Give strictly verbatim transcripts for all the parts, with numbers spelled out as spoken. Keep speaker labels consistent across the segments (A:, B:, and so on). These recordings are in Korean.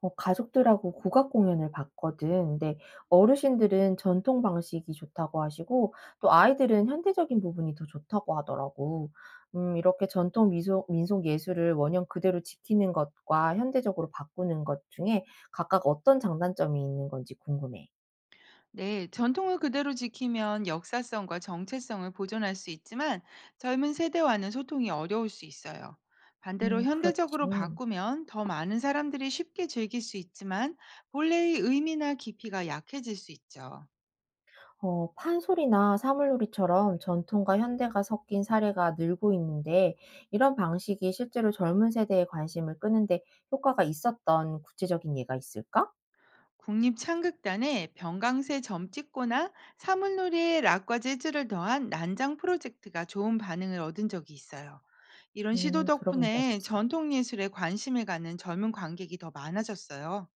A: 어 가족들하고 국악 공연을 봤거든. 근데 어르신들은 전통 방식이 좋다고 하시고 또 아이들은 현대적인 부분이 더 좋다고 하더라고. 음 이렇게 전통 미소 민속 예술을 원형 그대로 지키는 것과 현대적으로 바꾸는 것 중에 각각 어떤 장단점이 있는 건지 궁금해.
B: 네, 전통을 그대로 지키면 역사성과 정체성을 보존할 수 있지만 젊은 세대와는 소통이 어려울 수 있어요. 반대로
A: 음,
B: 현대적으로
A: 그렇지.
B: 바꾸면 더 많은 사람들이 쉽게 즐길 수 있지만 본래의 의미나 깊이가 약해질 수 있죠.
A: 어, 판소리나 사물놀이처럼 전통과 현대가 섞인 사례가 늘고 있는데, 이런 방식이 실제로 젊은 세대의 관심을 끄는데 효과가 있었던 구체적인 예가 있을까?
B: 국립창극단의 병강세 점찍고나 사물놀이에 락과 재즈를 더한 난장 프로젝트가 좋은 반응을 얻은 적이 있어요. 이런 시도
A: 음, 들어본 적
B: 덕분에
A: 있어.
B: 전통 예술에 관심을 갖는 젊은 관객이 더 많아졌어요.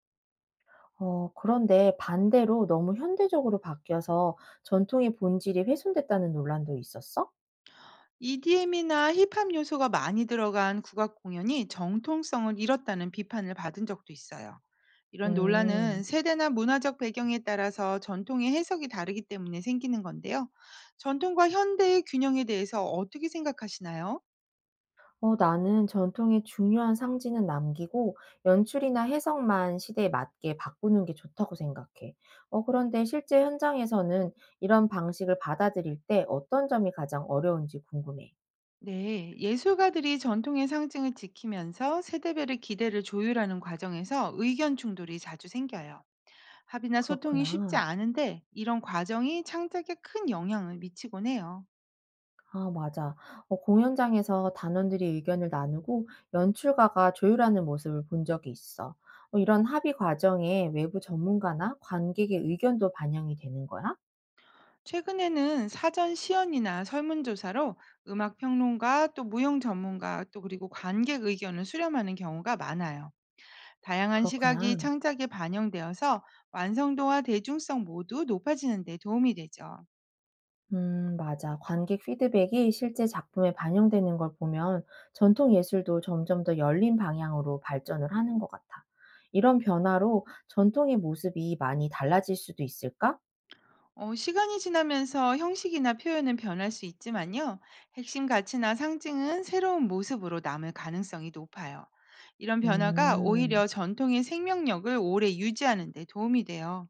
A: 어, 그런데 반대로 너무 현대적으로 바뀌어서 전통의 본질이 훼손됐다는 논란도 있었어?
B: 이디엠이나 힙합 요소가 많이 들어간 국악 공연이 정통성을 잃었다는 비판을 받은 적도 있어요. 이런 논란은
A: 음.
B: 세대나 문화적 배경에 따라서 전통의 해석이 다르기 때문에 생기는 건데요. 전통과 현대의 균형에 대해서 어떻게 생각하시나요?
A: 어, 나는 전통의 중요한 상징은 남기고 연출이나 해석만 시대에 맞게 바꾸는 게 좋다고 생각해. 어, 그런데 실제 현장에서는 이런 방식을 받아들일 때 어떤 점이 가장 어려운지 궁금해.
B: 네, 예술가들이 전통의 상징을 지키면서 세대별의 기대를 조율하는 과정에서 의견 충돌이 자주 생겨요. 합의나 소통이 쉽지
A: 그렇구나.
B: 않은데, 이런 과정이 창작에 큰 영향을 미치곤 해요.
A: 아, 맞아. 어, 공연장에서 단원들이 의견을 나누고 연출가가 조율하는 모습을 본 적이 있어. 어, 이런 합의 과정에 외부 전문가나 관객의 의견도 반영이 되는 거야?
B: 최근에는 사전 시연이나 설문조사로 음악 평론가, 또 무용 전문가, 또 그리고 관객 의견을 수렴하는 경우가 많아요. 다양한 시각이
A: 그렇구나.
B: 창작에 반영되어서 완성도와 대중성 모두 높아지는 데 도움이 되죠.
A: 음, 맞아. 관객 피드백이 실제 작품에 반영되는 걸 보면 전통 예술도 점점 더 열린 방향으로 발전을 하는 것 같아. 이런 변화로 전통의 모습이 많이 달라질 수도 있을까?
B: 어, 시간이 지나면서 형식이나 표현은 변할 수 있지만요, 핵심 가치나 상징은 새로운 모습으로 남을 가능성이 높아요. 이런 변화가
A: 음,
B: 오히려 전통의 생명력을 오래 유지하는 데 도움이 돼요.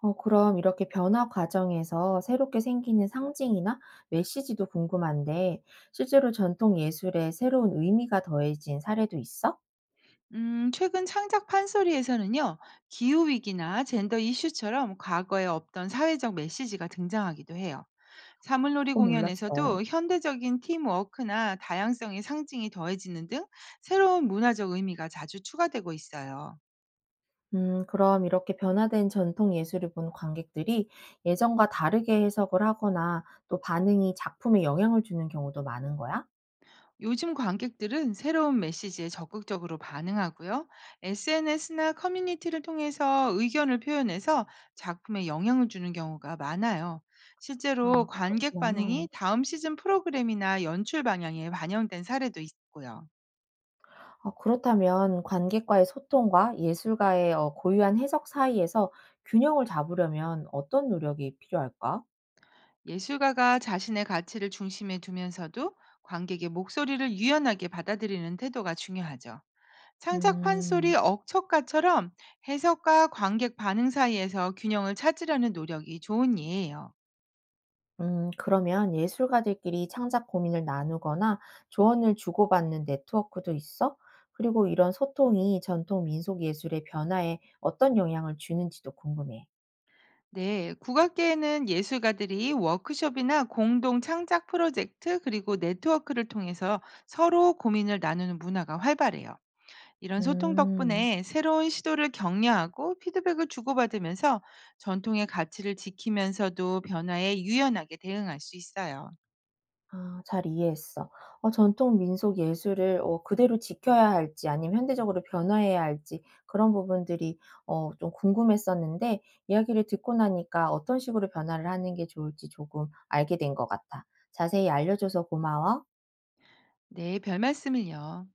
A: 어, 그럼 이렇게 변화 과정에서 새롭게 생기는 상징이나 메시지도 궁금한데, 실제로 전통 예술에 새로운 의미가 더해진 사례도 있어?
B: 음, 최근 창작 판소리에서는요, 기후위기나 젠더 이슈처럼 과거에 없던 사회적 메시지가 등장하기도 해요.
A: 아,
B: 사물놀이
A: 그건 몰랐어.
B: 공연에서도 현대적인 팀워크나 다양성의 상징이 더해지는 등 새로운 문화적 의미가 자주 추가되고 있어요.
A: 음, 그럼 이렇게 변화된 전통 예술을 본 관객들이 예전과 다르게 해석을 하거나 또 반응이 작품에 영향을 주는 경우도 많은 거야?
B: 요즘 관객들은 새로운 메시지에 적극적으로 반응하고요, 에스엔에스나 커뮤니티를 통해서 의견을 표현해서 작품에 영향을 주는 경우가 많아요. 실제로
A: 아,
B: 관객
A: 그렇구나.
B: 반응이 다음 시즌 프로그램이나 연출 방향에 반영된 사례도 있고요.
A: 아, 그렇다면 관객과의 소통과 예술가의 어, 고유한 해석 사이에서 균형을 잡으려면 어떤 노력이 필요할까?
B: 예술가가 자신의 가치를 중심에 두면서도 관객의 목소리를 유연하게 받아들이는 태도가 중요하죠. 창작 판소리
A: 음.
B: 억척가처럼 해석과 관객 반응 사이에서 균형을 찾으려는 노력이 좋은 예예요.
A: 음, 그러면 예술가들끼리 창작 고민을 나누거나 조언을 주고받는 네트워크도 있어? 그리고 이런 소통이 전통 민속 예술의 변화에 어떤 영향을 주는지도 궁금해.
B: 네, 국악계에는 예술가들이 워크숍이나 공동 창작 프로젝트, 그리고 네트워크를 통해서 서로 고민을 나누는 문화가 활발해요. 이런 소통
A: 음,
B: 덕분에 새로운 시도를 격려하고 피드백을 주고받으면서 전통의 가치를 지키면서도 변화에 유연하게 대응할 수 있어요.
A: 아, 잘 이해했어. 어, 전통 민속 예술을 어, 그대로 지켜야 할지 아니면 현대적으로 변화해야 할지 그런 부분들이 어, 좀 궁금했었는데 이야기를 듣고 나니까 어떤 식으로 변화를 하는 게 좋을지 조금 알게 된 것 같아. 자세히 알려줘서 고마워.
B: 네, 별 말씀을요.